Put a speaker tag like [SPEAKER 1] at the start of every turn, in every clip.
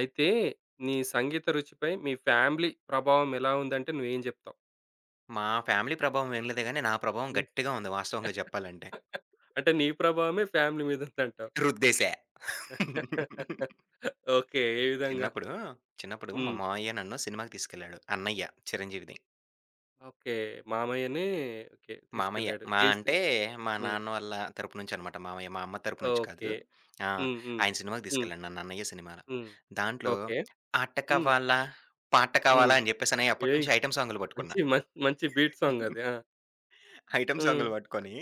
[SPEAKER 1] అయితే నీ సంగీత రుచిపై మీ ఫ్యామిలీ ప్రభావం ఎలా ఉందంటే నువ్వేం జెప్తావు?
[SPEAKER 2] మా ఫ్యామిలీ ప్రభావం ఏం లేదు గానీ, నా ప్రభావం
[SPEAKER 1] హ్మ్.
[SPEAKER 2] గట్టిగా ఉంది వాస్తవంగా జెప్పాలంటే.
[SPEAKER 1] అంటే నీ ప్రభావమే ఫ్యామిలీ మీద ఉందంటావు.
[SPEAKER 2] రుద్దేశా.
[SPEAKER 1] ఓకే. ఏ విధంగా?
[SPEAKER 2] చిన్నప్పుడు, చిన్నప్పుడు మా
[SPEAKER 1] హ్మ్.
[SPEAKER 2] మామయ్య నన్ను సినిమాకి తీసుకెళ్ళాడు. అన్నయ్య 'చిరంజీవిది'.
[SPEAKER 1] ఓకే. మామయ్యనే ఓకే.
[SPEAKER 2] మామయ్య
[SPEAKER 1] తీసుకెళ్ళాడు.
[SPEAKER 2] మా
[SPEAKER 1] ఏ
[SPEAKER 2] అంటే,
[SPEAKER 1] సీన్?
[SPEAKER 2] మా
[SPEAKER 1] హ్మ్.
[SPEAKER 2] నాన్న వాళ్ళ తరపు నుంచనమాట మామయ్య. మా అమ్మ తరపు నుంచి కాదు.
[SPEAKER 1] ఓకే.
[SPEAKER 2] ఆ!
[SPEAKER 1] హ్మ్. హ్మ్.
[SPEAKER 2] ఆయన సినిమాకి
[SPEAKER 1] హ్మ్.
[SPEAKER 2] తీసుకెళ్ళాడు నన్ను అన్నయ్య సినిమాల.
[SPEAKER 1] హ్మ్.
[SPEAKER 2] దాంట్లో
[SPEAKER 1] ఓకే.
[SPEAKER 2] 'ఆట
[SPEAKER 1] హ్మ్.
[SPEAKER 2] కావాలా, పాట
[SPEAKER 1] హ్మ్.
[SPEAKER 2] కావాలా' అని జెప్పేసని
[SPEAKER 1] ఏయ్!
[SPEAKER 2] అప్పటినుంచి ఐటెమ్ సాంగులు పట్టుకున్నా.
[SPEAKER 1] మంచి మంచి బీట్ సాంగ్ అది. ఆ!
[SPEAKER 2] ఐటెమ్
[SPEAKER 1] హ్మ్.
[SPEAKER 2] సాంగులు పట్టుకొని,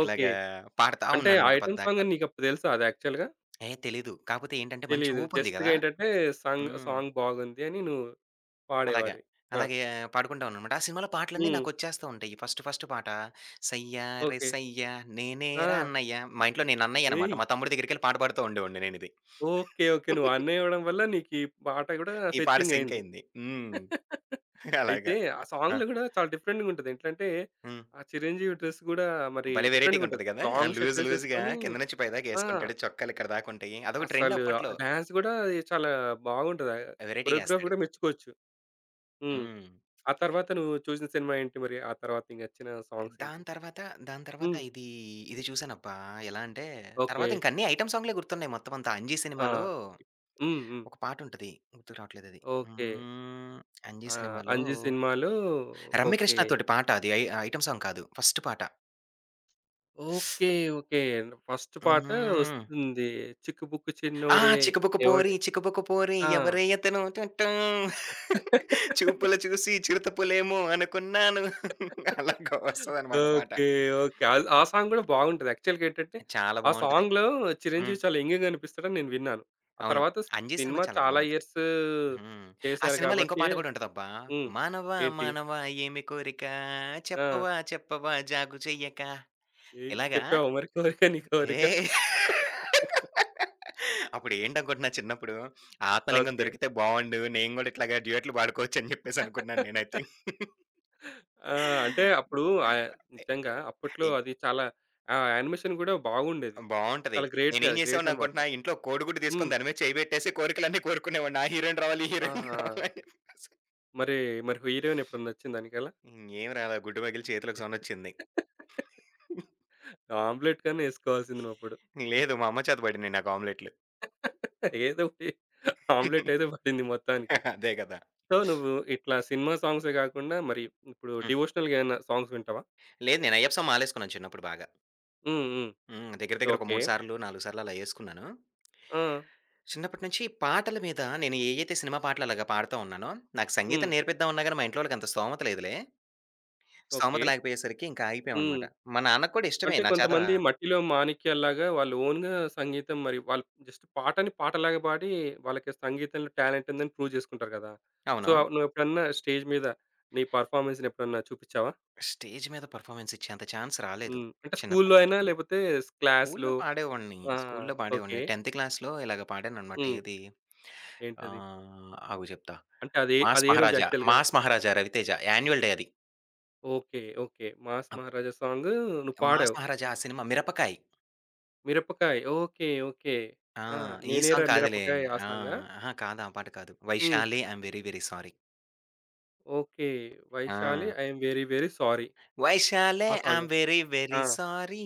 [SPEAKER 1] ఓకే.
[SPEAKER 2] ఇలాగా పాడతా
[SPEAKER 1] అంటే ఆ
[SPEAKER 2] ఉన్నాననమాట
[SPEAKER 1] ఐటెమ్
[SPEAKER 2] పద్దాక.
[SPEAKER 1] సాంగ్ అని నీకప్పుడు తెలుసా అది యాక్చువల్‌గా?
[SPEAKER 2] ఏ తెలీదు. కాపోతే ఏంటంటే మంచి
[SPEAKER 1] తెలీదు.
[SPEAKER 2] ఊపుంది
[SPEAKER 1] జస్ట్‌గా
[SPEAKER 2] గదా!
[SPEAKER 1] ఏంటంటే,
[SPEAKER 2] హ్మ్.
[SPEAKER 1] సాంగ్ బాగుంది అని నువ్వు
[SPEAKER 2] అలాగా.
[SPEAKER 1] వాడేవాడివి. ఆ!
[SPEAKER 2] అలాగే పాడుకుంటా ఉన్నాననమాట. ఆ సినిమాలో పాటలన్నీ
[SPEAKER 1] హ్మ్.
[SPEAKER 2] నాకొచ్చేస్తా ఉంటాయి. ఫస్ట్ ఫస్ట్ పాట 'సయ్యారే
[SPEAKER 1] ఓకే.
[SPEAKER 2] సయ్య
[SPEAKER 1] ఆ!
[SPEAKER 2] నేనేరా అన్నయ్య' మా ఇంట్లో నేను అన్నయ్యనమాట.
[SPEAKER 1] ఏయ్!
[SPEAKER 2] మా తమ్ముడి దగ్గరికెళ్ళి పాట పాడుతూ ఉండేవాడిని నేనిది.
[SPEAKER 1] ఓకే. ఓకే. నువ్వు అన్నయ్య అవ్వడం వల్ల నీకు ఈ పాట గూడా
[SPEAKER 2] ఈ పాట
[SPEAKER 1] ఫెచ్చింగ్
[SPEAKER 2] సింక్
[SPEAKER 1] అయింది.
[SPEAKER 2] అయింది. హ్మ్.
[SPEAKER 1] అయితే
[SPEAKER 2] అలాగా.
[SPEAKER 1] ఆ
[SPEAKER 2] ఆ!
[SPEAKER 1] సాంగ్‌లో గూడా చాలా డిఫరెంట్‌గా ఉంటది. ఎట్లంటే
[SPEAKER 2] హ్మ్.
[SPEAKER 1] ఆ 'చిరంజీవి' డ్రెస్ గూడా మరి
[SPEAKER 2] భలే
[SPEAKER 1] డిఫరెంట్‌గా
[SPEAKER 2] వెరైటీగా
[SPEAKER 1] ఉంటది.
[SPEAKER 2] ఉంటది కదా! ఆ!
[SPEAKER 1] లాంగ్ షర్ట్
[SPEAKER 2] లూజ్ లూజ్‌గా
[SPEAKER 1] వేసేసుకొని
[SPEAKER 2] కింద నుంచి పైదాకా
[SPEAKER 1] ఆ!
[SPEAKER 2] ఏసుకుంటాడు. చొక్కాలు ఇక్కడ దాకా ఉంటాయి. అదొక ట్రెండ్
[SPEAKER 1] అసలు ఆ
[SPEAKER 2] అప్పట్లో.
[SPEAKER 1] డాన్స్ గూడా అది చాలా బాగుంటది.
[SPEAKER 2] వెరైటీగా
[SPEAKER 1] కొరియోగ్రాఫ్
[SPEAKER 2] ఏస్తాడు.
[SPEAKER 1] గూడా మెచ్చుకోవచ్చు. హ్మ్.
[SPEAKER 2] హ్మ్.
[SPEAKER 1] ఆ తర్వాత నువ్వు చూసిన సినిమా ఏంటి మరి? ఆ తర్వాత నీకు నచ్చిన సాంగ్స్ ఏంటి?
[SPEAKER 2] దాని తర్వాత, దాని తర్వాత
[SPEAKER 1] హ్మ్.
[SPEAKER 2] ఇది, ఇది చూసానబ్బా! ఎలా అంటే
[SPEAKER 1] ఓకే.
[SPEAKER 2] తర్వాత ఇంక అన్ని ఐటెమ్ సాంగులే గుర్తున్నాయి మొత్తం అంతా. 'అంజీ'
[SPEAKER 1] ఆ!
[SPEAKER 2] సినిమాలో
[SPEAKER 1] హ్మ్. హ్మ్.
[SPEAKER 2] ఒక పాటుంటది. గుర్తుకు రావట్లేదది.
[SPEAKER 1] ఓకే.
[SPEAKER 2] హ్మ్.
[SPEAKER 1] ఆ!
[SPEAKER 2] 'అంజీ' సినిమాలో
[SPEAKER 1] 'అంజి' సినిమాలో ఓకే.
[SPEAKER 2] రమ్యకృష్ణతోటి పాట అది. ఐటెమ్ సాంగ్ కాదు. ఫస్ట్ పాట.
[SPEAKER 1] ఓకే. ఓకే. ఫస్ట్ పాట
[SPEAKER 2] హ్మ్.
[SPEAKER 1] వస్తుంది. 'చిక్కుబుక్కు
[SPEAKER 2] ఆ!
[SPEAKER 1] చిన్నోడే
[SPEAKER 2] 'చికబుక పోరి
[SPEAKER 1] ఎవడే'
[SPEAKER 2] చికబుక పోరి
[SPEAKER 1] ఆ!
[SPEAKER 2] ఎవరే అతను టం-టం చూపుల చూసి చిరుతపులేమో అనుకున్నాను.' అలాగా వస్తదనమాట పాట.
[SPEAKER 1] ఓకే. ఓకే. ఆల్ ఆ సాంగ్ గూడా బాగుంటది. యాక్చువల్‌గా ఏంటంటే,
[SPEAKER 2] చాలా
[SPEAKER 1] ఆ
[SPEAKER 2] బావుంటది.
[SPEAKER 1] సాంగ్‌లో
[SPEAKER 2] హ్మ్.
[SPEAKER 1] చిరంజీవి చాలా యంగ్‌గా కనిపిస్తాడని నేను విన్నాను. ఆ
[SPEAKER 2] అవును.
[SPEAKER 1] తర్వాత
[SPEAKER 2] 'అంజీ' సినిమా
[SPEAKER 1] సినిమా
[SPEAKER 2] చాలా
[SPEAKER 1] చాలా
[SPEAKER 2] బావుంటది.
[SPEAKER 1] ఇయర్స్
[SPEAKER 2] హ్మ్. ఆ
[SPEAKER 1] చేశారు
[SPEAKER 2] సినిమాలో ఇంకో
[SPEAKER 1] కాబట్టి
[SPEAKER 2] పాట కూడా ఉంటదబ్బా!
[SPEAKER 1] హ్మ్.
[SPEAKER 2] 'మానవా
[SPEAKER 1] ఏంటి?
[SPEAKER 2] మానవా ఏమి కోరిక
[SPEAKER 1] ఆ!
[SPEAKER 2] చెప్పవా చెప్పవా జాగు చెయ్యక'
[SPEAKER 1] ఏ
[SPEAKER 2] ఇలాగా
[SPEAKER 1] చెప్పావా మరి కోరిక నీ కోరిక?
[SPEAKER 2] ఏయ్! అప్పుడు ఏంటనుకుంటున్నా చిన్నప్పుడు, ఆత్మలింగం
[SPEAKER 1] ఓకే.
[SPEAKER 2] దొరికితే బావుండు. నేను గూడా ఇట్లాగా డ్యూయెట్లు పాడుకోవచ్చు అని జెప్పేసి అనుకున్నాను నేనైతే.
[SPEAKER 1] ఆ! అంటే అప్పుడు ఆహ్, నిజంగా అప్పట్లో
[SPEAKER 2] ఇ
[SPEAKER 1] అది చాలా ఆ యానిమేషన్ గూడా బాగుండేది.
[SPEAKER 2] బావుంటది.
[SPEAKER 1] చాలా గ్రేట్‌గా
[SPEAKER 2] నేనేం
[SPEAKER 1] గ్రేట్
[SPEAKER 2] జేసేవాడిని
[SPEAKER 1] అన్నమాట.
[SPEAKER 2] అనుకుంటున్నా, ఇంట్లో కోడిగుడ్డు
[SPEAKER 1] హ్మ్.
[SPEAKER 2] తీసుకొని దాని మీద చేయి బెట్టేసి కోరికలన్నీ కోరుకునేవాడిని. ఆ హీరోయిన్ రావాలి, ఈ
[SPEAKER 1] ఆ!
[SPEAKER 2] హీరోయిన్
[SPEAKER 1] ఆ!
[SPEAKER 2] రావాలి అని జెప్పేసి.
[SPEAKER 1] మరి మరి హీరోయిన్ ఎప్పుడన్నా వచ్చిందా ఎనకాల?
[SPEAKER 2] హ్మ్. ఏం రాలా గుడ్డు పగిలి చేతిలోకి సౌండొచ్చింది.
[SPEAKER 1] ఆమ్లెట్ కన్నా ఏసుకోవాల్సింది నువ్వప్పుడు.
[SPEAKER 2] లేదు. మా అమ్మ చేత బడినియి నాకు ఆమ్లెట్‌లు.
[SPEAKER 1] ఏదో ఒకటి ఆమ్లెట్ అయితే పడింది మొత్తానికి.
[SPEAKER 2] అదే గదా!
[SPEAKER 1] సో, నువ్వు ఇట్లా సినిమా సాంగ్సే గాకుండా మరి ఇప్పుడు
[SPEAKER 2] హ్మ్.
[SPEAKER 1] డివోషనల్‌గా ఏమన్నా సాంగ్స్ వింటావా?
[SPEAKER 2] లేదు. నేను అయ్యప్ప స్వామి మాలేసుకున్నాను చిన్నప్పుడు బాగా.
[SPEAKER 1] హ్మ్. హ్మ్.
[SPEAKER 2] హ్మ్. దగ్గర దగ్గర ఒక
[SPEAKER 1] ఓకే.
[SPEAKER 2] 3 సార్లు, 4 సార్లు అలా యేసుకున్నాను.
[SPEAKER 1] ఆ!
[SPEAKER 2] చిన్నప్పటి నుంచి పాటల మీద నేను ఏయైతే సినిమా పాటలు అలాగా పాడుతా ఉన్నానో, నాకు
[SPEAKER 1] హ్మ్.
[SPEAKER 2] సంగీతం నేర్పిద్దామన్నా గాని మా ఇంట్లో వాళ్ళకి అంత స్తోమత లేదులే.
[SPEAKER 1] ఓకే.
[SPEAKER 2] స్తోమత లేకపోయేసరికి ఇంకా
[SPEAKER 1] హ్మ్.
[SPEAKER 2] ఆగిపోయామనమాట. మా నాన్నకి కూడా ఇష్టమే
[SPEAKER 1] అంటే
[SPEAKER 2] నా చేత
[SPEAKER 1] కొంతమంది మట్టిలో మాణిక్యాల్లాగా వాళ్ళు ఓన్‌గా సంగీతం మరి వాళ్ళు జస్ట్ పాటని పాటలాగా పాడి వాళ్ళకి సంగీతంలో టాలెంట్ ఉందని ప్రూవ్ చేసుకుంటారు కదా!
[SPEAKER 2] అవును.
[SPEAKER 1] సో, నువ్వెప్పుడన్నా స్టేజ్ మీద నీ పెర్ఫార్మన్స్‌ని ఎప్పుడన్నా చూపిచ్చావా?
[SPEAKER 2] స్టేజ్ మీద పెర్ఫార్మన్స్ ఇచ్చేంత ఛాన్స్ రాలేదు.
[SPEAKER 1] హ్మ్. అంటే స్కూల్‌లో
[SPEAKER 2] చిన్నప్పటి నుంచి
[SPEAKER 1] అయినా
[SPEAKER 2] కూడా.
[SPEAKER 1] లేపోతే
[SPEAKER 2] స్కూల్లో
[SPEAKER 1] క్లాస్‌లో
[SPEAKER 2] పాడేవాడిని.
[SPEAKER 1] ఆ!
[SPEAKER 2] స్కూల్లో
[SPEAKER 1] ఓకే.
[SPEAKER 2] పాడేవాడిని. 10థ్ క్లాస్‌లో ఇలాగ పాడాననమాట.
[SPEAKER 1] హ్మ్.
[SPEAKER 2] ఏది
[SPEAKER 1] ఏంటది?
[SPEAKER 2] ఆహ్, ఆగు చెప్తా.
[SPEAKER 1] అంటే అదే అదే రోజు యాక్చువల్‌గా?
[SPEAKER 2] 'Mass Maharaja' 'Ravi Teja' annual day అది.
[SPEAKER 1] Okay. Okay. 'Mass Maharaja' song నువ్వు
[SPEAKER 2] 'మాస్
[SPEAKER 1] పాడావు.
[SPEAKER 2] మహారాజా' ఆ cinema 'Mirapakay.'
[SPEAKER 1] Mirapakay okay. Okay.
[SPEAKER 2] ఆ!
[SPEAKER 1] ఆ!
[SPEAKER 2] ఈ
[SPEAKER 1] 'నేనేరా
[SPEAKER 2] సాంగ్ కాదులే.
[SPEAKER 1] మిరపకాయ్' ఆ
[SPEAKER 2] ఆ!
[SPEAKER 1] సాంగా?
[SPEAKER 2] అహా! కాదు. ఆ పాట కాదు.
[SPEAKER 1] హ్మ్.
[SPEAKER 2] 'Vaishali I'm very very sorry.'
[SPEAKER 1] Okay. 'Vaishali
[SPEAKER 2] ఆ!
[SPEAKER 1] I am very very sorry'
[SPEAKER 2] వైశాలే
[SPEAKER 1] ఆ సాంగ్.
[SPEAKER 2] ఐయామ్ వెరీ వెరీ
[SPEAKER 1] ఆ!
[SPEAKER 2] సారీ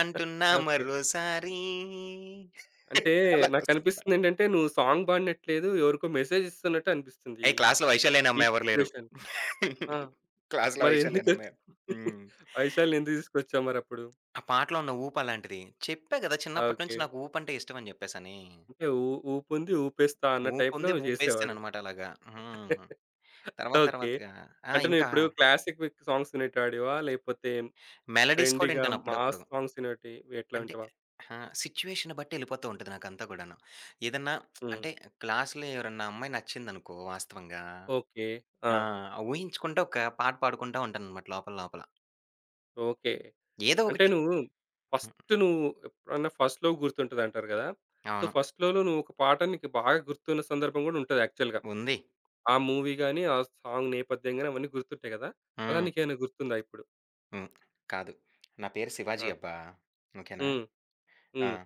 [SPEAKER 2] అంటున్నా
[SPEAKER 1] ఓకే.
[SPEAKER 2] మరోసారి.
[SPEAKER 1] అంటే
[SPEAKER 2] అలాగొస్తది పాట.
[SPEAKER 1] నాకనిపిస్తుందేంటంటే నువ్వు సాంగ్ పాడినట్లేదు. ఎవరికో మెసేజ్ ఇస్తున్నట్టు అనిపిస్తుంది.
[SPEAKER 2] ఏయ్! క్లాస్‌లో వైశాలిని
[SPEAKER 1] ఈ
[SPEAKER 2] అమ్మాయి ఎవరు లేరు.
[SPEAKER 1] సిట్యుయేషన్. ఆ!
[SPEAKER 2] క్లాస్‌లో
[SPEAKER 1] మరి
[SPEAKER 2] వైశాలిని అమ్మాయి
[SPEAKER 1] ఎందుకొచ్చింది?
[SPEAKER 2] హ్మ్.
[SPEAKER 1] 'వైశాలిని' ఎందుకు తీసుకొచ్చావు మరప్పుడు?
[SPEAKER 2] ఆ పాటలో ఉన్న ఊపు అలాంటిది. చెప్పా గదా! చిన్నప్పటి
[SPEAKER 1] ఓకే.
[SPEAKER 2] నుంచి నాకు ఊపు అంటే ఇష్టం అని జెప్పేసని.
[SPEAKER 1] అంటే ఊపుంది ఊపేస్తా అన్న టైప్‌లో
[SPEAKER 2] ఊపుంది.
[SPEAKER 1] నువ్వు చేసేవాడివి.
[SPEAKER 2] ఊపేసాననమాట అలాగా. హ్మ్. తర్వాత
[SPEAKER 1] ఓకే.
[SPEAKER 2] తర్వాతగా ఆ!
[SPEAKER 1] అంటే
[SPEAKER 2] ఇంకా
[SPEAKER 1] నువ్విప్పుడు క్లాసిక్ సాంగ్స్ వినేటవాడివా? లేకపోతే
[SPEAKER 2] మెలోడీస్ కూడా
[SPEAKER 1] ట్రెండీగా
[SPEAKER 2] వింటాను
[SPEAKER 1] మాస్
[SPEAKER 2] అప్పుడప్పుడు.
[SPEAKER 1] సాంగ్స్ వినేటివి ఎట్లా
[SPEAKER 2] అంటే
[SPEAKER 1] వింటావా?
[SPEAKER 2] ఆ! సిట్యుయేషన్ బట్టి ఎళ్ళిపోతూ ఉంటది నాకంతా గూడాను. ఏదన్నా
[SPEAKER 1] హ్మ్.
[SPEAKER 2] అంటే క్లాస్‌లో ఎవరన్నా అమ్మాయి నచ్చిందనుకో వాస్తవంగా
[SPEAKER 1] ఓకే. ఆ!
[SPEAKER 2] ఆ! ఊహించుకుంటా ఒక పాట పాడుకుంటా ఉంటాననమాట లోపల లోపల.
[SPEAKER 1] ఓకే.
[SPEAKER 2] ఏదో
[SPEAKER 1] అంటే
[SPEAKER 2] ఒకటి.
[SPEAKER 1] నువ్వు
[SPEAKER 2] హ్మ్.
[SPEAKER 1] ఫస్ట్ నువ్వు ఎప్పుడన్నా ఫస్ట్ లవ్ గుర్తుంటది అంటారు కదా! సో,
[SPEAKER 2] అవును.
[SPEAKER 1] ఫస్ట్ లవ్‌లో నువ్వు ఒక పాట నీకు బాగా గుర్తున్న సందర్భం గూడా ఉంటది యాక్చువల్‌గా.
[SPEAKER 2] ఉంది.
[SPEAKER 1] ఆ మూవీ గాని, ఆ సాంగ్ నేపథ్యం గాని అవన్నీ గుర్తుంటాయి కదా! అలా
[SPEAKER 2] హ్మ్.
[SPEAKER 1] నీకేమైనా గుర్తుందా ఇప్పుడు?
[SPEAKER 2] హ్మ్. కాదు. నా పేరు
[SPEAKER 1] ఆ!
[SPEAKER 2] శివాజీ అబ్బా! ఓకేనా?
[SPEAKER 1] హ్మ్.
[SPEAKER 2] ఆ!
[SPEAKER 1] హ్మ్.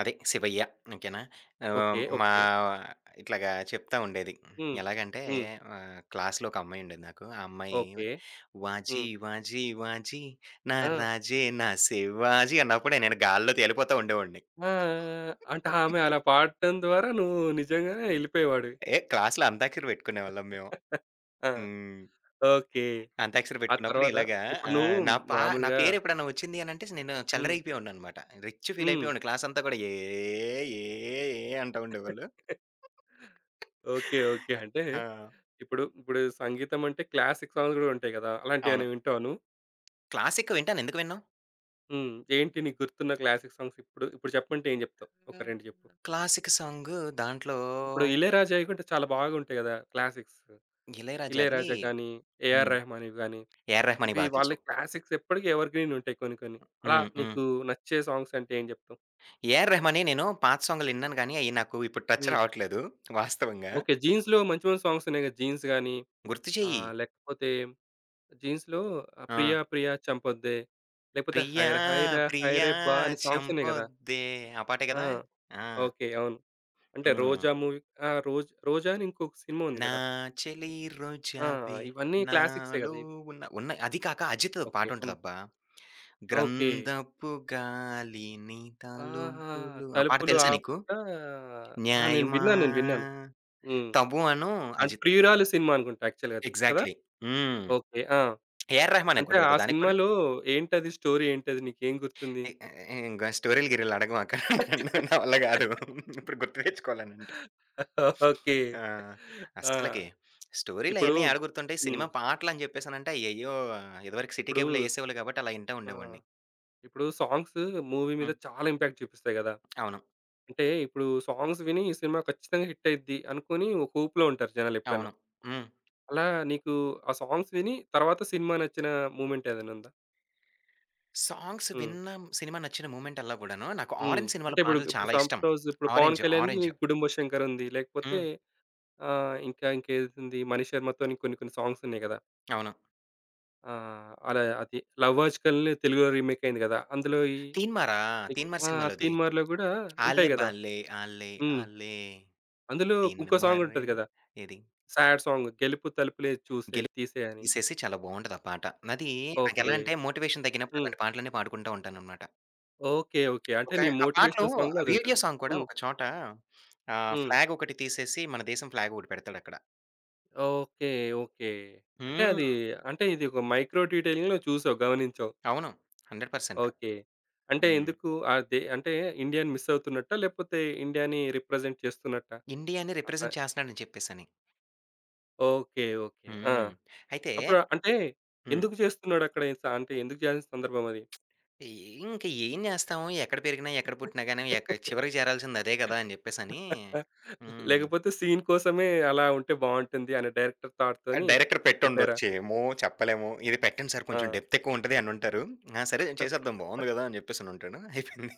[SPEAKER 2] అదే శివయ్య. ఓకేనా. ఆహ్,
[SPEAKER 1] ఓకే.
[SPEAKER 2] మా
[SPEAKER 1] ఓకే.
[SPEAKER 2] ఇట్లాగా చెప్తా ఉండేది.
[SPEAKER 1] హ్మ్.
[SPEAKER 2] ఎలాగంటే
[SPEAKER 1] హ్మ్.
[SPEAKER 2] ఆహ్, క్లాస్‌లో ఒక అమ్మాయి ఉండేది నాకు. ఆ అమ్మాయి
[SPEAKER 1] ఓకే.
[SPEAKER 2] "వాజీ
[SPEAKER 1] హ్మ్.
[SPEAKER 2] వాజీ వాజీ నా
[SPEAKER 1] ఆ!
[SPEAKER 2] రాజే నా శివాజీ" అన్నప్పుడే నేను గాల్లో తేలిపోతా ఉండేవాడిని.
[SPEAKER 1] ఆ! అంటే ఆమె అలా పాడటం ద్వారా నువ్వు నిజంగానే ఎళ్ళిపోయేవాడివి.
[SPEAKER 2] ఏ క్లాస్‌లో అంతాక్షరి పెట్టుకునేవాళ్ళం మేము.
[SPEAKER 1] ఆ!
[SPEAKER 2] హ్మ్.
[SPEAKER 1] ఓకే.
[SPEAKER 2] అంతాక్షరి
[SPEAKER 1] ఆ
[SPEAKER 2] పెట్టుకున్నప్పుడు
[SPEAKER 1] తర్వాత
[SPEAKER 2] ఇలాగా
[SPEAKER 1] ఇప్పుడు నువ్వు
[SPEAKER 2] ఆహ్, నా
[SPEAKER 1] మామూలుగా
[SPEAKER 2] పేరు ఎప్పుడన్నా వచ్చింది అనంటే నేను
[SPEAKER 1] హ్మ్.
[SPEAKER 2] చెలరేగిపోయేవాడిననమాట. రిచ్ ఫీల్
[SPEAKER 1] హ్మ్.
[SPEAKER 2] అయిపోయేవాడిని క్లాస్ అంతా కూడా "ఏ ఏ ఏ" అంటా ఉండేవాళ్ళు.
[SPEAKER 1] ఓకే. ఓకే. అంటే
[SPEAKER 2] ఆ!
[SPEAKER 1] ఇప్పుడు, సంగీతం అంటే క్లాసిక్ సాంగ్స్ గూడా ఉంటాయి గదా!
[SPEAKER 2] అవును.
[SPEAKER 1] అలాంటియేమైనా వింటావా నువ్వు?
[SPEAKER 2] క్లాసిక్ వింటాను. ఎందుకు వినను?
[SPEAKER 1] హ్మ్. ఏంటి నీకు గుర్తున్న క్లాసిక్ సాంగ్స్ ఇప్పుడు, చెప్పమంటే ఏం జెప్తావు? ఒక
[SPEAKER 2] హుహు.
[SPEAKER 1] 2 జెప్పు.
[SPEAKER 2] క్లాసిక్ సాంగు దాంట్లో
[SPEAKER 1] ఇప్పుడు 'ఇళయరాజా'యి కూడా చాలా బాగుంటాయి గదా! క్లాసిక్స్.
[SPEAKER 2] 'ఇళయరాజాది'
[SPEAKER 1] 'ఇళయరాజా' కానీ, 'ఏఆర్
[SPEAKER 2] హ్మ్.
[SPEAKER 1] రెహమాన్' ఇవి గాని,
[SPEAKER 2] 'ఏఆర్ రెహమాన్‌కి'
[SPEAKER 1] ఇవి
[SPEAKER 2] బాగా
[SPEAKER 1] వాళ్ళ
[SPEAKER 2] తెలుసు.
[SPEAKER 1] క్లాసిక్స్ ఎప్పటికి ఎవర్‌గ్రీన్ ఉంటాయి కొన్ని కొన్ని. అలా
[SPEAKER 2] హ్మ్. హ్మ్.
[SPEAKER 1] నీకు నచ్చే సాంగ్స్ అంటే ఏం జెప్తావు?
[SPEAKER 2] 'ఏఆర్ రెహమాన్‌యి' నేను పాత సాంగులు విన్నాను గానీ, అయి నాకు ఇప్పుడు టచ్
[SPEAKER 1] హ్మ్.
[SPEAKER 2] రావట్లేదు వాస్తవంగా.
[SPEAKER 1] ఓకే. 'జీన్స్‌లో' మంచి మంచి సాంగ్స్ ఉన్నాయి గదా! 'జీన్స్' గాని
[SPEAKER 2] గుర్తు చెయ్యి.
[SPEAKER 1] లేకపోతే జీన్స్‌లో
[SPEAKER 2] ఆ!
[SPEAKER 1] 'ప్రియా ప్రియా చంపొద్దే' లేకపోతే
[SPEAKER 2] 'ప్రియా
[SPEAKER 1] 'హైర్ హైరా
[SPEAKER 2] ప్రియా
[SPEAKER 1] హైరే బా' అనే సాంగ్స్ ఉన్నాయి గదా!
[SPEAKER 2] చంపొద్దే' ఆ పాటే
[SPEAKER 1] ఆ!
[SPEAKER 2] కదా! ఆ!
[SPEAKER 1] ఓకే. అవును. అంటే
[SPEAKER 2] హ్మ్.
[SPEAKER 1] 'రోజా' మూవీ ఆ! 'రోజ్ రోజా' అని ఇంకొక సినిమా ఉంది
[SPEAKER 2] 'నా
[SPEAKER 1] గదా!
[SPEAKER 2] చెలి
[SPEAKER 1] ఆ!
[SPEAKER 2] రోజావే
[SPEAKER 1] ఇవన్నీ క్లాసిక్సే
[SPEAKER 2] నాలో
[SPEAKER 1] గదా! ఇవి.
[SPEAKER 2] ఉన్న' ఉన్నాయి. అది కాక అజిత్‌ది ఒక
[SPEAKER 1] ఓకే. హ్మ్.
[SPEAKER 2] పాటుంటదబ్బా!
[SPEAKER 1] ఓకే.
[SPEAKER 2] గ్రంథపు గాలిని
[SPEAKER 1] ఆహా!
[SPEAKER 2] తలుపులు ఆ పాట
[SPEAKER 1] 'తలుపులు
[SPEAKER 2] తెలుసా నీకు?
[SPEAKER 1] ఆపుట' ఆ! నేను
[SPEAKER 2] 'న్యాయమా'
[SPEAKER 1] విన్నాను. నేను విన్నాను. హ్మ్.
[SPEAKER 2] 'తబు' అను
[SPEAKER 1] అంటే
[SPEAKER 2] 'అజిత్'
[SPEAKER 1] 'ప్రియురాలు' సినిమా అనుకుంటా యాక్చువల్‌గా అది. కదా!
[SPEAKER 2] ఎగ్జాక్ట్‌లీ. హ్మ్.
[SPEAKER 1] ఓకే. ఆ!
[SPEAKER 2] ఏఆర్ రెహమాన్
[SPEAKER 1] అంటే
[SPEAKER 2] అనుకుంట
[SPEAKER 1] ఆ
[SPEAKER 2] కదా! దానికి కూడా?
[SPEAKER 1] సినిమాలో ఏంటది స్టోరీ ఏంటది? నీకేం గుర్తుంది?
[SPEAKER 2] ఎ ఎ ఇంగా స్టోరీలు గిరీలు అడగమాక. నా వల్ల గాదు. ఇప్పుడు గుర్తు తెచ్చుకోవాలనంటే.
[SPEAKER 1] ఓకే.
[SPEAKER 2] ఆ!
[SPEAKER 1] ఆ!
[SPEAKER 2] అస్సలకి. స్టోరీలు
[SPEAKER 1] ఇప్పుడు
[SPEAKER 2] అయన్నీ ఏడ గుర్తుంటాయి.
[SPEAKER 1] హ్మ్.
[SPEAKER 2] సినిమా పాటలని జెప్పేసనంటే అయ్యయ్యో! ఇదివరకు సిటీ
[SPEAKER 1] ఇప్పుడు
[SPEAKER 2] కేబుల్‌లో యేసేవాళ్ళు గాబట్టి అలా ఇంటా
[SPEAKER 1] ఆ!
[SPEAKER 2] ఉండేవాడిని.
[SPEAKER 1] ఇప్పుడు సాంగ్స్ మూవీ మీద
[SPEAKER 2] హ్మ్.
[SPEAKER 1] చాలా ఇంపాక్ట్ చూపిస్తాయి గదా!
[SPEAKER 2] అవును.
[SPEAKER 1] అంటే ఇప్పుడు సాంగ్స్ విని ఈ సినిమా ఖచ్చితంగా హిట్ అయిద్ది అనుకోని ఒక ఊపులో ఉంటారు జనాలెప్పుడైనా.
[SPEAKER 2] అవును. హ్మ్.
[SPEAKER 1] అలా నీకు ఆ సాంగ్స్ విని తర్వాత సినిమా నచ్చిన మూమెంట్ ఏదైనా ఉందా?
[SPEAKER 2] సాంగ్స్
[SPEAKER 1] హ్మ్.
[SPEAKER 2] విన్న సినిమా నచ్చిన మూమెంటల్లా గూడాను, నాకు
[SPEAKER 1] హ్మ్.
[SPEAKER 2] 'ఆరెంజ్'
[SPEAKER 1] అంటే
[SPEAKER 2] సినిమాలో
[SPEAKER 1] ఇప్పుడు
[SPEAKER 2] పాటలు
[SPEAKER 1] ఇప్పుడు
[SPEAKER 2] చాలా ఇష్టం.
[SPEAKER 1] సపోజ్ ఇప్పుడు 'పవన్ కళ్యాణ్‌ది'
[SPEAKER 2] 'ఆరెంజ్'
[SPEAKER 1] 'గుడుంబ శంకర్' ఉంది. లేకపోతే
[SPEAKER 2] హ్మ్.
[SPEAKER 1] ఇంకా ఇంకేదుంది 'మణి శర్మతోని' కొన్ని కొన్ని సాంగ్స్ ఉన్నాయి గదా!
[SPEAKER 2] అవును.
[SPEAKER 1] అలా అది 'లవ్ యాజ్కల్‌ని' తెలుగులో రీమేక్ అయింది గదా! అందులో ఈ
[SPEAKER 2] 'తీన్మారా'
[SPEAKER 1] నీకు
[SPEAKER 2] 'తీన్మార్'
[SPEAKER 1] ఆ!
[SPEAKER 2] సినిమాలోది.
[SPEAKER 1] 'తీన్మార్'లో గూడా
[SPEAKER 2] ఆల్లే
[SPEAKER 1] ఉంటాయి గదా!
[SPEAKER 2] బాల్లే ఆల్లే
[SPEAKER 1] హ్మ్.
[SPEAKER 2] ఆల్లే
[SPEAKER 1] అందులో ఇంకో సాంగ్ ఉంటది
[SPEAKER 2] తీన్మారేల్
[SPEAKER 1] గదా!
[SPEAKER 2] ఏది
[SPEAKER 1] సాడ్ సాంగ్ 'గెలుపు తలుపులే చూసే
[SPEAKER 2] 'గెలుపు
[SPEAKER 1] తీసే' అని.
[SPEAKER 2] తీసేసి' చాలా బావుంటది ఆ పాట. అది
[SPEAKER 1] ఓకే.
[SPEAKER 2] నాకెలా అంటే మోటివేషన్ తగ్గినప్పుడు
[SPEAKER 1] హ్మ్.
[SPEAKER 2] అలాంటి పాటలన్నీ పాడుకుంటా ఉంటాననమాట.
[SPEAKER 1] ఓకే. ఓకే. అంటే
[SPEAKER 2] ఒక
[SPEAKER 1] నీ
[SPEAKER 2] ఆ పాటలో
[SPEAKER 1] మోటివేషనల్ సాంగ్‌లో
[SPEAKER 2] ఆ వీడియో
[SPEAKER 1] అదుంటది.
[SPEAKER 2] సాంగ్ కూడా
[SPEAKER 1] హ్మ్.
[SPEAKER 2] ఒక చోట ఆహ్,
[SPEAKER 1] హ్మ్.
[SPEAKER 2] ఫ్లాగ్ ఒకటి తీసేసి మన దేశం ఫ్లాగ్ ఒకటి పెడతాడక్కడ.
[SPEAKER 1] ఓకే. ఓకే. అంటే అది
[SPEAKER 2] హ్మ్.
[SPEAKER 1] అంటే ఇది ఒక మైక్రో డీటెయిలింగ్ నువ్వు చూసావు, గమనించావు.
[SPEAKER 2] అవును. 100%
[SPEAKER 1] ఓకే. అంటే
[SPEAKER 2] హ్మ్.
[SPEAKER 1] ఎందుకు అదే అంటే ఇండియాని మిస్ అవుతున్నట్టా? లేకపోతే ఇండియాని రిప్రజెంట్ చేస్తున్నట్టా?
[SPEAKER 2] ఇండియాని
[SPEAKER 1] ఆ సా
[SPEAKER 2] రిప్రజెంట్ చేస్తున్నాడని చెప్పేసని.
[SPEAKER 1] ఓకే. ఓకే. ఆ!
[SPEAKER 2] హ్మ్.
[SPEAKER 1] అప్పుడు
[SPEAKER 2] అయితే
[SPEAKER 1] అంటే
[SPEAKER 2] హ్మ్.
[SPEAKER 1] ఎందుకు చేస్తున్నాడక్కడ? అంటే ఎందుకు చేయాల్సిన సందర్భం అది?
[SPEAKER 2] ఇ ఇంక ఏం జేస్తాం? ఎక్కడ పెరిగినా, ఎక్కడ పుట్టినా గాని, ఎక్క చివరికి చేరాల్సింది అదే గదా! అని జెప్పేసని హ్మ్.
[SPEAKER 1] లేకపోతే సీన్ కోసమే అలా ఉంటే బావుంటుంది అనే డైరెక్టర్
[SPEAKER 2] ఆ
[SPEAKER 1] థాట్‌తోని
[SPEAKER 2] డైరెక్టర్
[SPEAKER 1] పెట్టారా?
[SPEAKER 2] పెట్టుండొచ్చేమో చెప్పలేము. ఇది పెట్టండి సార్
[SPEAKER 1] ఆ!
[SPEAKER 2] కొంచెం డెప్త్ ఎక్కువుంటది అనుంటారు. ఆ! సరే చేసేద్దాం బావుంది గదా! అని జెప్పేసనుంటాడు. అయిపోయింది.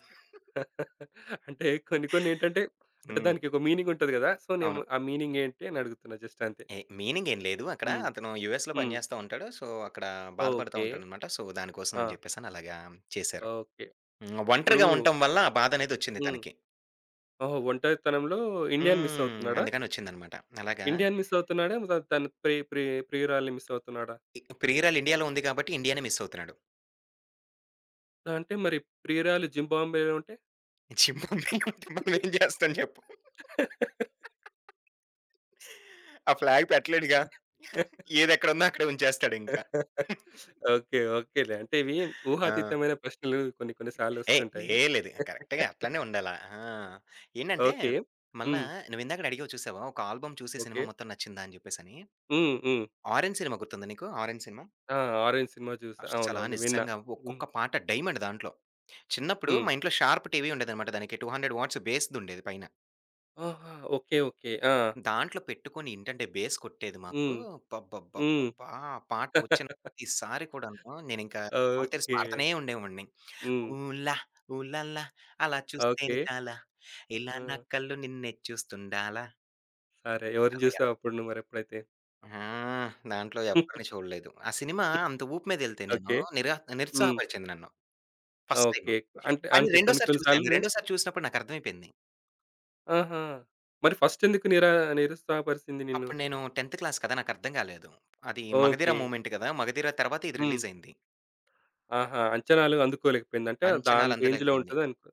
[SPEAKER 1] అంటే కొన్ని కొన్ని ఏంటంటే అంటే
[SPEAKER 2] హ్మ్.
[SPEAKER 1] దానికి ఒక మీనింగ్ ఉంటది గదా! సో,
[SPEAKER 2] అవును.
[SPEAKER 1] నేను ఆ మీనింగ్ ఏంటి అని అడుగుతున్నా జస్ట్ అంతే.
[SPEAKER 2] ఏ మీనింగ్ ఏం లేదు అక్కడ.
[SPEAKER 1] హ్మ్.
[SPEAKER 2] అతను యూఎస్‌లో పని
[SPEAKER 1] హ్మ్.
[SPEAKER 2] జేస్తా ఉంటాడు. సో, అక్కడ బాధపడతా
[SPEAKER 1] ఓకే.
[SPEAKER 2] ఉంటాడనమాట. సో, దానికోసం
[SPEAKER 1] ఆ!
[SPEAKER 2] అని జెప్పేసని అలాగా చేశారు.
[SPEAKER 1] ఓకే.
[SPEAKER 2] హ్మ్.
[SPEAKER 1] ఇప్పుడు
[SPEAKER 2] ఒంటరిగా ఉండటం వల్ల ఆ బాధనేదొచ్చింది
[SPEAKER 1] హ్మ్.
[SPEAKER 2] తనకి.
[SPEAKER 1] ఓహో! ఒంటరితనంలో ఇండియాని మిస్
[SPEAKER 2] హ్మ్.
[SPEAKER 1] అవుతున్నాడా?
[SPEAKER 2] అందుకనొచ్చిందనమాట. అలాగా
[SPEAKER 1] ఇండియాని మిస్ అవుతున్నాడా? త తన ప్రి ప్రి ప్రియురాలిని మిస్ అవుతున్నాడా?
[SPEAKER 2] ప్రియురాలు ఇండియాలో ఉంది కాబట్టి ఇండియానే మిస్ అవుతున్నాడు.
[SPEAKER 1] అంటే మరి ప్రియురాలు జింబాబ్వేలో ఉంటే?
[SPEAKER 2] జింబాబ్వే ఉంటే మనం ఏం చేస్తాం చెప్పు? ఆ ఫ్లాగ్ పెట్టలేడుగా. ఏదెక్కడుందో అక్కడే ఉంచేస్తాడింకా.
[SPEAKER 1] ఓకే. ఓకేలే. అంటే ఇవి
[SPEAKER 2] ఆ!
[SPEAKER 1] ఊహాతీతమైన ప్రశ్నలు కొన్ని కొన్ని సార్లు
[SPEAKER 2] ఏహ్!
[SPEAKER 1] వస్తుంటాయి.
[SPEAKER 2] లేదు లేదు. కరెక్ట్‌గా అట్లనే ఉండాలా. ఆ! ఏంటంటే
[SPEAKER 1] ఓకే.
[SPEAKER 2] మళ్ళా
[SPEAKER 1] హ్మ్.
[SPEAKER 2] నువ్విందాకడ అడిగావు చూసావా? ఒక ఆల్బమ్ చూసి
[SPEAKER 1] ఓకే.
[SPEAKER 2] సినిమా మొత్తం నచ్చిందా అని చెప్పేసని.
[SPEAKER 1] హ్మ్. హ్మ్.
[SPEAKER 2] 'ఆరెంజ్' సినిమా గుర్తుందా నీకు? 'Orange' cinema.
[SPEAKER 1] ఆ! 'ఆరెంజ్' సినిమా చూసా.
[SPEAKER 2] అస్సలా
[SPEAKER 1] అవునవును. విన్నా.
[SPEAKER 2] నిజంగా
[SPEAKER 1] హ్మ్.
[SPEAKER 2] ఒక్కొక్క పాట డైమండ్ దాంట్లో. చిన్నప్పుడు
[SPEAKER 1] హ్మ్.
[SPEAKER 2] మా ఇంట్లో షార్ప్ టీవీ ఉండేదనమాట. దానికి 200 వాట్స్ బేస్‌దుండేది పైన.
[SPEAKER 1] ఆహా! ఓకే. ఓకే. ఆ!
[SPEAKER 2] దాంట్లో పెట్టుకొని ఏంటంటే బేస్ కొట్టేది మాకు.
[SPEAKER 1] హ్మ్. హ్మ్.
[SPEAKER 2] అబ్బబ్బబ్బబ్బా! ఆ పాట వచ్చిన ప్రతిసారి కూడాను నేనింకా నోరు తెరిసి
[SPEAKER 1] ఓకే.
[SPEAKER 2] పాడుతూనే ఉండేవాడిని.
[SPEAKER 1] హ్మ్.
[SPEAKER 2] ఊలా ఊలాలా అలా
[SPEAKER 1] ఓకే.
[SPEAKER 2] చూస్తేనే చాలా, ఇలా
[SPEAKER 1] ఆ!
[SPEAKER 2] నా కళ్ళు నిన్నే చూస్తుండాలా
[SPEAKER 1] సరే. ఎవరిని
[SPEAKER 2] అలాగా.
[SPEAKER 1] చూసావు అప్పుడు నువ్వు మరెప్పుడైతే?
[SPEAKER 2] ఆ! దాంట్లో ఎవ్వరిని చూడలేదు. ఆ సినిమా అంత ఊపు మీదెళ్తే నేను
[SPEAKER 1] ఓకే. హ్మ్.
[SPEAKER 2] నిరుత్సాహపరిచింది నన్ను ఫస్ట్ టైము.
[SPEAKER 1] ఓకే. అంటే
[SPEAKER 2] కానీ
[SPEAKER 1] అంటే కొన్ని
[SPEAKER 2] రెండోసారి
[SPEAKER 1] కొన్ని
[SPEAKER 2] చూశాను.
[SPEAKER 1] సార్లు
[SPEAKER 2] రెండోసారి చూసినప్పుడు నాకర్థమైపోయింది.
[SPEAKER 1] ఆహా! మరి ఫస్ట్ ఎందుకు నిరుత్సాహపరిచింది నిన్ను?
[SPEAKER 2] అప్పుడు నేను 10థ్ క్లాస్ కదా! నాకర్థం కాలేదు. అది మగధీర
[SPEAKER 1] ఓకే.
[SPEAKER 2] మూవ్‌మెంట్ కదా! మగధీర తర్వాత ఇది
[SPEAKER 1] హ్మ్.
[SPEAKER 2] రిలీజయింది.
[SPEAKER 1] ఆహా! అంచనాలు అందుకోలేకపోయింది. అంటే దాని
[SPEAKER 2] అంచనాలు
[SPEAKER 1] రేంజ్‌లో
[SPEAKER 2] అందలేకపోయింది.
[SPEAKER 1] ఉంటది అనుకో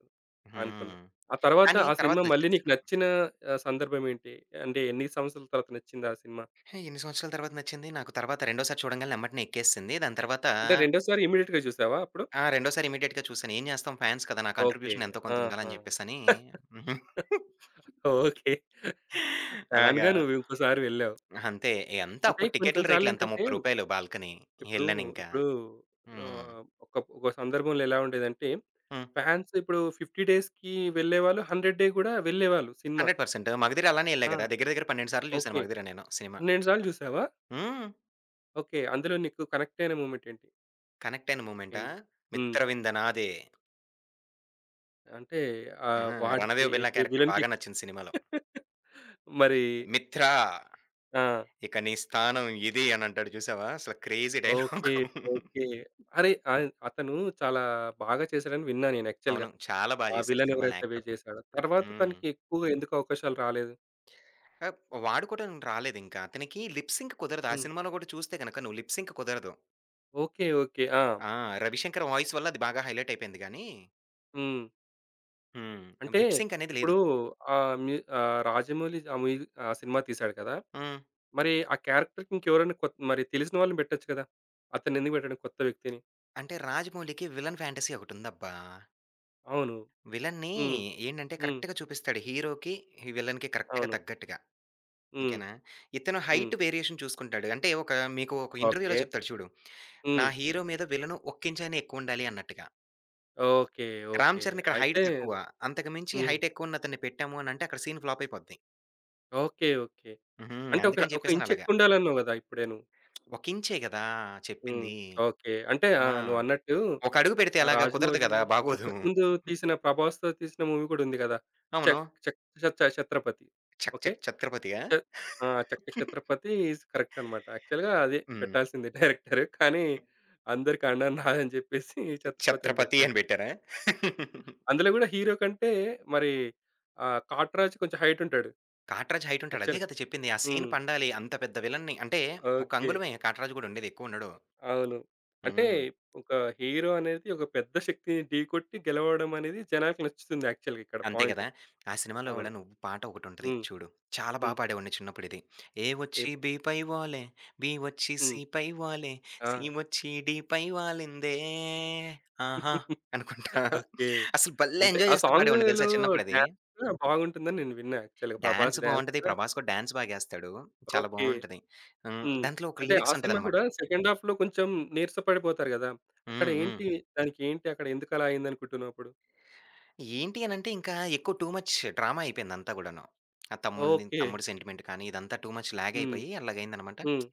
[SPEAKER 1] అనుకున్నారు.
[SPEAKER 2] హ్మ్.
[SPEAKER 1] ఆ తర్వాత
[SPEAKER 2] కానీ
[SPEAKER 1] ఆ
[SPEAKER 2] తర్వాత
[SPEAKER 1] సినిమా మళ్ళీ
[SPEAKER 2] నచ్చింది
[SPEAKER 1] నీకు
[SPEAKER 2] సినిమా.
[SPEAKER 1] నచ్చిన సందర్భం ఏంటి? అంటే ఎన్ని సంవత్సరాల తర్వాత నచ్చింది ఆ సినిమా?
[SPEAKER 2] హే, ఎన్ని సంవత్సరాల తర్వాత నచ్చింది? నాకు తర్వాత రెండోసారి చూడంగానే ఎమ్మటనే ఎక్కేసింది. దాని తర్వాత
[SPEAKER 1] అంటే రెండోసారి ఇమ్మీడియేట్‌గా చూసావా అప్పుడు?
[SPEAKER 2] ఆ! రెండోసారి ఇమ్మీడియేట్‌గా చూసాను. ఏం చేస్తాం ఫ్యాన్స్ కదా! నా
[SPEAKER 1] ఓకే.
[SPEAKER 2] కాంట్రిబ్యూషన్ ఎంతో కొంత
[SPEAKER 1] ఆహా!
[SPEAKER 2] ఉండాలని చెప్పేసని
[SPEAKER 1] ఓకే.
[SPEAKER 2] అలాగా
[SPEAKER 1] ఫ్యాన్‌గా నువ్వు ఇంకోసారి వెళ్ళావు.
[SPEAKER 2] అంతే. ఎంత
[SPEAKER 1] అంటే
[SPEAKER 2] అప్పుడు
[SPEAKER 1] కొన్ని
[SPEAKER 2] టికెట్‌ల
[SPEAKER 1] కొన్ని సార్లు
[SPEAKER 2] రేట్లు ఎంత రూ.
[SPEAKER 1] ఏంటంటే
[SPEAKER 2] 30 బాల్కనీ.
[SPEAKER 1] ఇప్పుడు
[SPEAKER 2] ఎళ్ళానింకా.
[SPEAKER 1] ఇప్పుడు
[SPEAKER 2] హ్మ్.
[SPEAKER 1] ఒక ఒక సందర్భంలో ఎలా ఉండేదంటే
[SPEAKER 2] హ్మ్.
[SPEAKER 1] ఫాన్స్ ఇప్పుడు 50 డేస్‌కి వెళ్ళేవాళ్ళు. 100 డే కూడా వెళ్ళేవాళ్ళు సినిమా.
[SPEAKER 2] 100% 'మగధీర' అలానే ఎళ్ళా
[SPEAKER 1] ఆ!
[SPEAKER 2] కదా! దగ్గర దగ్గర 12 సార్లు చూసాను
[SPEAKER 1] ఓకే.
[SPEAKER 2] 'మగధీర' నేను సినిమా.
[SPEAKER 1] 12 సార్లు చూసావా?
[SPEAKER 2] హ్మ్.
[SPEAKER 1] ఓకే. అందులో నీకు కనెక్ట్ అయిన మూమెంట్ ఏంటి?
[SPEAKER 2] కనెక్ట్ అయిన మూమెంటా?
[SPEAKER 1] ఏంటి? హ్మ్.
[SPEAKER 2] 'మిత్రవింద నాదే.'
[SPEAKER 1] అంటే
[SPEAKER 2] ఆ!
[SPEAKER 1] వాడికి
[SPEAKER 2] 'రణదేవ్ బిర్లా' క్యారెక్టర్
[SPEAKER 1] విలన్‌కి
[SPEAKER 2] బాగా నచ్చింది సినిమాలో.
[SPEAKER 1] మరి
[SPEAKER 2] మిత్రా
[SPEAKER 1] ఆ!
[SPEAKER 2] ఇక నీ స్థానం ఇది అని అంటాడు చూసావా? అసలు క్రేజీ
[SPEAKER 1] ఓకే.
[SPEAKER 2] డైలాగ్.
[SPEAKER 1] ఓకే. అరే! అతను చాలా బాగా చేశాడని విన్నా నేను యాక్చువల్‌గా.
[SPEAKER 2] అవును. చాలా బా
[SPEAKER 1] ఆ
[SPEAKER 2] చేశారు
[SPEAKER 1] విలన్
[SPEAKER 2] సినిమాలో
[SPEAKER 1] ఎవరైతే వే
[SPEAKER 2] యాక్టర్.
[SPEAKER 1] చేశాడో. తర్వాత
[SPEAKER 2] హ్మ్.
[SPEAKER 1] తనకి ఎక్కువగా ఎందుకు అవకాశాలు రాలేదు?
[SPEAKER 2] ఆహ్, వాడుకోవడానికి రాలేదింకా. అతనికి లిప్ సింక్ కుదరదు. ఆ
[SPEAKER 1] హ్మ్.
[SPEAKER 2] సినిమాలో కూడా చూస్తే గనక నువ్వు లిప్ సింక్ కుదరదు.
[SPEAKER 1] ఓకే. ఓకే. ఆ!
[SPEAKER 2] ఆ! రవిశంకర్ వాయిస్ వల్ల అది బాగా హైలైట్ అయిపోయింది గానీ
[SPEAKER 1] హ్మ్.
[SPEAKER 2] హ్మ్.
[SPEAKER 1] అంటే
[SPEAKER 2] లిప్ సింక్ అనేది
[SPEAKER 1] ఇప్పుడు
[SPEAKER 2] లేదు.
[SPEAKER 1] 'రాజమౌళి' ఆ సినిమా తీశాడు కదా!
[SPEAKER 2] హ్మ్.
[SPEAKER 1] మరి ఆ క్యారెక్టర్‌కి ఇంకెవరైనా మరి తెలిసిన వాళ్ళని పెట్టొచ్చు కదా! అతనెందుకు పెట్టాడు కొత్త వ్యక్తిని?
[SPEAKER 2] అంటే రాజమౌళికి విలన్ ఫ్యాంటసీ ఒకటుందబ్బా!
[SPEAKER 1] అవును.
[SPEAKER 2] విలన్‌ని
[SPEAKER 1] హ్మ్.
[SPEAKER 2] ఏంటంటే
[SPEAKER 1] హ్మ్.
[SPEAKER 2] కరెక్ట్‌గా చూపిస్తాడు. హీరోకి, విలన్‌కి కరెక్ట్‌గా
[SPEAKER 1] అవును.
[SPEAKER 2] తగ్గట్టుగా.
[SPEAKER 1] హ్మ్.
[SPEAKER 2] ఓకేనా. ఇతను
[SPEAKER 1] హ్మ్.
[SPEAKER 2] హైట్ వేరియేషన్ చూసుకుంటాడు. అంటే ఒక మీకు ఒక ఇంటర్వ్యూలో
[SPEAKER 1] ఓకే.
[SPEAKER 2] చెప్తాడు చూడు. నా
[SPEAKER 1] హ్మ్.
[SPEAKER 2] హీరో మీద విలను ఒక్కించైనా ఎక్కువుండాలి అన్నట్టుగా.
[SPEAKER 1] ఓకే.
[SPEAKER 2] 'రామ్
[SPEAKER 1] ఓకే.
[SPEAKER 2] చరణ్' ఇక్కడ హైట్
[SPEAKER 1] అయితే
[SPEAKER 2] తక్కువ. అంతకు మించి
[SPEAKER 1] హ్మ్.
[SPEAKER 2] హైట్ ఎక్కువున్న అతన్ని పెట్టాము అనంటే అక్కడ సీన్ ఫ్లాప్ అయిపోద్ది.
[SPEAKER 1] ఓకే. ఓకే.
[SPEAKER 2] హుహు.
[SPEAKER 1] అంటే ఒక,
[SPEAKER 2] అందుకని చెప్పేసని
[SPEAKER 1] ఇంచు
[SPEAKER 2] అలాగా.
[SPEAKER 1] ఎక్కువుండాలన్నావు గదా! ఇప్పుడే నువ్వు.
[SPEAKER 2] ఒక ఇంచే గదా!
[SPEAKER 1] హ్మ్.
[SPEAKER 2] చెప్పింది.
[SPEAKER 1] ఓకే. అంటే ఆ!
[SPEAKER 2] ఆ!
[SPEAKER 1] నువ్వన్నట్టు
[SPEAKER 2] ఒక అడుగు పెడితే
[SPEAKER 1] ఆ
[SPEAKER 2] ఎలాగా కుదరదు
[SPEAKER 1] 'రాజమౌళి'
[SPEAKER 2] గదా! బాగోదు.
[SPEAKER 1] అంతకుముందు తీసిన 'ప్రభాస్‌తో' తీసిన మూవీ గూడా ఉంది గదా!
[SPEAKER 2] అవును.
[SPEAKER 1] చక్ చక్ ఛత్రపతి.
[SPEAKER 2] చక్
[SPEAKER 1] ఓకే.
[SPEAKER 2] చక్ ఛత్రపతియా?
[SPEAKER 1] చ ఆ! 'చక్ చక్
[SPEAKER 2] హ్మ్.
[SPEAKER 1] ఛత్రపతి' ఈజ్ కరెక్ట్ అన్నమాట. యాక్చువల్‌గా అదే పెట్టాల్సింది డైరెక్టర్. కానీ అందరికి అన్నానాదని జెప్పేసి 'ఛత్రపతి' అని
[SPEAKER 2] 'ఛత్రపతి'
[SPEAKER 1] పెట్టాడు.
[SPEAKER 2] అని పెట్టారా?
[SPEAKER 1] అందులో గూడా హీరో కంటే మరి 'కాట్‌రాజ్' కొంచెం హైట్ ఉంటాడు
[SPEAKER 2] 'కాట్‌రాజ్' హైట్ ఉంటాడు. అదే
[SPEAKER 1] యాక్చువల్‌గా.
[SPEAKER 2] కదా! చెప్పింది. ఆ సీన్
[SPEAKER 1] హ్మ్.
[SPEAKER 2] పండాలి. అంత పెద్ద విలన్ని అంటే ఒక
[SPEAKER 1] ఓకే.
[SPEAKER 2] అంగుళమే 'కాట్‌రాజ్' గూడా ఉండేది. ఎక్కువ ఉండడు.
[SPEAKER 1] అవును. అంటే
[SPEAKER 2] హ్మ్.
[SPEAKER 1] ఒక హీరో అనేది ఒక పెద్ద శక్తిని ఢీకొట్టి గెలవడం అనేది జనానికి నచ్చుతుంది యాక్చువల్‌గా ఇక్కడ
[SPEAKER 2] అంతే
[SPEAKER 1] పాయింట్.
[SPEAKER 2] గదా! ఆ సినిమాలో
[SPEAKER 1] అవును.
[SPEAKER 2] గూడా నువ్వు పాట ఒకటుంటది
[SPEAKER 1] హ్మ్.
[SPEAKER 2] చూడు. చాలా బా
[SPEAKER 1] హ్మ్.
[SPEAKER 2] పాడేవాడిని చిన్నప్పుడు ఇది. ఏ వచ్చి
[SPEAKER 1] ఎప్
[SPEAKER 2] బి పై వాలే, బి వచ్చి
[SPEAKER 1] హ్మ్.
[SPEAKER 2] సి పై వాలే,
[SPEAKER 1] ఆ!
[SPEAKER 2] సి వచ్చి డి పై వాలిందే ఆహా! అనుకుంటా
[SPEAKER 1] ఓకే.
[SPEAKER 2] అసలు భలే
[SPEAKER 1] అంటే
[SPEAKER 2] ఎంజాయ్
[SPEAKER 1] ఆ
[SPEAKER 2] చేస్తూ పాడేవాడిని తెలుసా
[SPEAKER 1] సాంగ్‌లో
[SPEAKER 2] చిన్నప్పుడది.
[SPEAKER 1] డాన్స్ కూడా బాగుంటుందని నేను విన్నా యాక్చువల్‌గా. ప్రభాస్
[SPEAKER 2] డాన్స్
[SPEAKER 1] డాన్స్
[SPEAKER 2] బావుంటది.
[SPEAKER 1] కూడా
[SPEAKER 2] 'ప్రభాస్' కూడా డాన్స్ బాగేస్తాడు. చాలా
[SPEAKER 1] ఓకే.
[SPEAKER 2] బావుంటది. హ్మ్.
[SPEAKER 1] హ్మ్.
[SPEAKER 2] దాంట్లో ఒక
[SPEAKER 1] అంటే ఆ
[SPEAKER 2] లిరిక్స్
[SPEAKER 1] సినిమా
[SPEAKER 2] ఉంటదనమాట.
[SPEAKER 1] కూడా సెకండ్ హాఫ్‌లో కొంచెం నీరసపడిపోతారు గదా! అక్కడ
[SPEAKER 2] హ్మ్. హ్మ్.
[SPEAKER 1] ఏంటి దానికేంటి అక్కడ ఎందుకలా అయిందనుకుంటున్నావు అప్పుడు?
[SPEAKER 2] ఏంటి అనంటే ఇంకా ఎక్కువ టూ మచ్ డ్రామా అయిపోయింది అంతా గూడాను. ఆ తమ్ముడిని
[SPEAKER 1] ఓకే.
[SPEAKER 2] తమ్ముడి సెంటిమెంట్ కానీ ఇదంతా టూ మచ్ లాగ్
[SPEAKER 1] హ్మ్.
[SPEAKER 2] అయిపోయి అలాగయిందనమాట.
[SPEAKER 1] హ్మ్.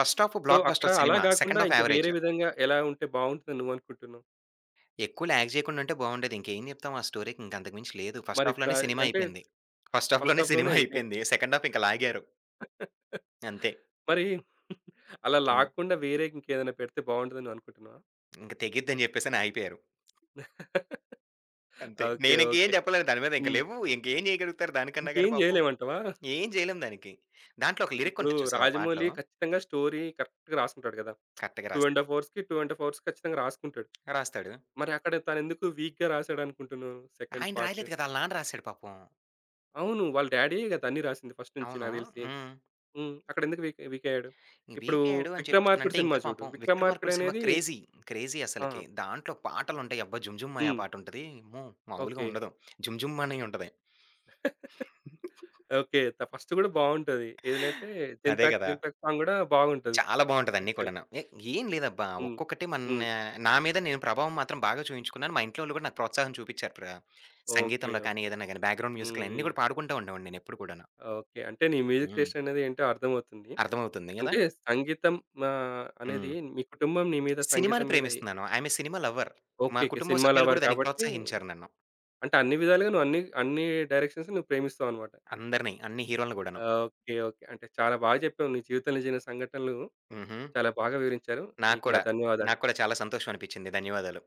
[SPEAKER 2] ఫస్ట్ హాఫ్
[SPEAKER 1] సో,
[SPEAKER 2] బ్లాక్
[SPEAKER 1] అక్కడ
[SPEAKER 2] బస్టర్
[SPEAKER 1] అలా
[SPEAKER 2] సినిమా.
[SPEAKER 1] గాకుండా
[SPEAKER 2] సెకండ్ హాఫ్
[SPEAKER 1] ఇంక వేరే
[SPEAKER 2] యావరేజ్.
[SPEAKER 1] విధంగా ఎలా ఉంటే బావుంటుందని నువ్వనుకుంటున్నావు?
[SPEAKER 2] ఎక్కువ లాగ్ చేయకుండా ఉంటే బావుండేది. ఇంకేం జెప్తాం ఆ స్టోరీకి ఇంక అంతకు మించి లేదు. ఫస్ట్
[SPEAKER 1] మరిప్పుడు
[SPEAKER 2] హాఫ్‌లోనే సినిమా
[SPEAKER 1] అంటే
[SPEAKER 2] అయిపోయింది. ఫస్ట్
[SPEAKER 1] ఫస్ట్
[SPEAKER 2] హాఫ్‌లోనే
[SPEAKER 1] హాఫ్‌లోనే
[SPEAKER 2] సినిమా
[SPEAKER 1] అయిపోయింది.
[SPEAKER 2] అయిపోయింది. సెకండ్ హాఫ్ ఇంక లాగారు. అంతే.
[SPEAKER 1] మరి అలా
[SPEAKER 2] హ్మ్.
[SPEAKER 1] లాక్కుండా వేరే ఇంకేదైనా పెడితే బావుంటుందని నువ్వనుకుంటున్నావా?
[SPEAKER 2] ఇంక తెగిద్దని జెప్పేసని ఆగిపోయారు. అంతే.
[SPEAKER 1] ఓకే.
[SPEAKER 2] నేనింకేం
[SPEAKER 1] ఓకే.
[SPEAKER 2] జెప్పలేను దాని మీద. ఇంక
[SPEAKER 1] హ్మ్.
[SPEAKER 2] లేవు. ఇంకేం జేయగలుగుతారు దానికన్నా గాని
[SPEAKER 1] ఇంకేం
[SPEAKER 2] పాపం.
[SPEAKER 1] జేయలేమంటావా?
[SPEAKER 2] ఏం జేయలేం దానికి. దాంట్లో ఒక లిరిక్
[SPEAKER 1] ఇప్పుడు
[SPEAKER 2] ఉంటది చూసావా పాటలో
[SPEAKER 1] 'రాజమౌళి' ఖచ్చితంగా స్టోరీ కరెక్ట్‌గా రాసుకుంటాడు కదా!
[SPEAKER 2] కరెక్ట్‌గా
[SPEAKER 1] 2
[SPEAKER 2] రాశాడు.
[SPEAKER 1] ½ అవర్స్‌కి, 2 ½ అవర్స్ ఖచ్చితంగా రాసుకుంటాడు.
[SPEAKER 2] రాస్తాడు.
[SPEAKER 1] మరి అక్కడ తనెందుకు వీక్‌గా రాసాడనుకుంటున్నావు సెకండ్
[SPEAKER 2] ఆయన
[SPEAKER 1] పార్ట్?
[SPEAKER 2] రాయలేదు కదా! ఆళ్ళ నాన్న రాసాడు పాపం.
[SPEAKER 1] అవును. వాళ్ళ డ్యాడీయే కదా! అన్నీ రాసింది ఫస్ట్ నుంచి
[SPEAKER 2] అవును.
[SPEAKER 1] నాకు తెలిసి.
[SPEAKER 2] హ్మ్.
[SPEAKER 1] హ్మ్. అక్కడెందుకు వీక్ వీక్ అయ్యాడు? ఇప్పుడు
[SPEAKER 2] వీకాడు అని
[SPEAKER 1] 'విక్రమార్కుడు'
[SPEAKER 2] చెప్పేసనంటే
[SPEAKER 1] సినిమా
[SPEAKER 2] ఇంకా
[SPEAKER 1] చూడు.
[SPEAKER 2] పాపం
[SPEAKER 1] 'విక్రమార్కుడు'
[SPEAKER 2] 'విక్రమార్కుడు' సినిమా
[SPEAKER 1] అనేది
[SPEAKER 2] క్రేజీ. క్రేజీ
[SPEAKER 1] ఆ!
[SPEAKER 2] అసలకి. దాంట్లో పాటలుంటాయి. అబ్బా! 'జుమ్ జుమ్ మాయ'
[SPEAKER 1] హ్మ్.
[SPEAKER 2] పాటుంటది. అమ్మో! మామూలుగా
[SPEAKER 1] ఓకే.
[SPEAKER 2] ఉండదు. 'జుమ్ జుమ్ అని' ఉంటది.
[SPEAKER 1] ఓకే. ఫస్ట్ కూడా బావుంటది. ఏదంటే
[SPEAKER 2] అదే
[SPEAKER 1] 'జంతాక్
[SPEAKER 2] కదా!
[SPEAKER 1] జంతాక్' సాంగ్ కూడా బాగుంటది
[SPEAKER 2] చాలా బావుంటది అన్నీ
[SPEAKER 1] యాక్చువల్‌గా.
[SPEAKER 2] కూడాను. ఏం లేదబ్బా!
[SPEAKER 1] హ్మ్.
[SPEAKER 2] ఒక్కొక్కటి మన
[SPEAKER 1] హ్మ్.
[SPEAKER 2] నా మీద నేను ప్రభావం మాత్రం బాగా చూయించుకున్నాను. మా ఇంట్లోళ్ళు కూడా నాకు ప్రోత్సాహం చూపిచ్చారు.
[SPEAKER 1] ఓకే.
[SPEAKER 2] సంగీతంలో కానీ,
[SPEAKER 1] ఓకే.
[SPEAKER 2] ఏదైనా గాని బ్యాక్‌గ్రౌండ్
[SPEAKER 1] హ్మ్.
[SPEAKER 2] మ్యూజిక్‌లు అన్నీ
[SPEAKER 1] హ్మ్.
[SPEAKER 2] కూడా పాడుకుంటూ ఉండేవాడిని నేనెప్పుడు కూడాను.
[SPEAKER 1] ఓకే. అంటే నీ మ్యూజిక్
[SPEAKER 2] హ్మ్.
[SPEAKER 1] టేస్ట్ అనేది ఏంటో అర్థమవుతుంది.
[SPEAKER 2] అర్థమవుతుంది గదా!
[SPEAKER 1] అంటే సంగీతం అనేది
[SPEAKER 2] హ్మ్.
[SPEAKER 1] మీ కుటుంబం నీ మీద
[SPEAKER 2] సినిమాని
[SPEAKER 1] సంగీతం మీద
[SPEAKER 2] ప్రేమిస్తున్నాను. I am a cinema lover. మా
[SPEAKER 1] ఓకే. ఓకే.
[SPEAKER 2] కుటుంబ
[SPEAKER 1] సినిమా
[SPEAKER 2] సభ్యులు
[SPEAKER 1] లవర్
[SPEAKER 2] గూడా దానికి
[SPEAKER 1] కాబట్టి
[SPEAKER 2] ప్రోత్సహించారు నన్ను.
[SPEAKER 1] అంటే అన్ని విధాలుగా నువ్వు అన్ని అన్ని డైరెక్షన్స్ నువ్వు ప్రేమిస్తావన్నమాట.
[SPEAKER 2] అందరిని, అన్ని హీరోలను గూడాను.
[SPEAKER 1] ఓకే. ఓకే. అంటే చాలా బాగా చెప్పావు. నీ జీవితంలో జరిగిన సంఘటనలు
[SPEAKER 2] హుహు.
[SPEAKER 1] చాలా బాగా వివరించారు.
[SPEAKER 2] నాకు
[SPEAKER 1] నీకు నా
[SPEAKER 2] కూడా.
[SPEAKER 1] ధన్యవాదాలు.
[SPEAKER 2] నాకు కూడా చాలా సంతోషం అనిపిచ్చింది. ధన్యవాదాలు.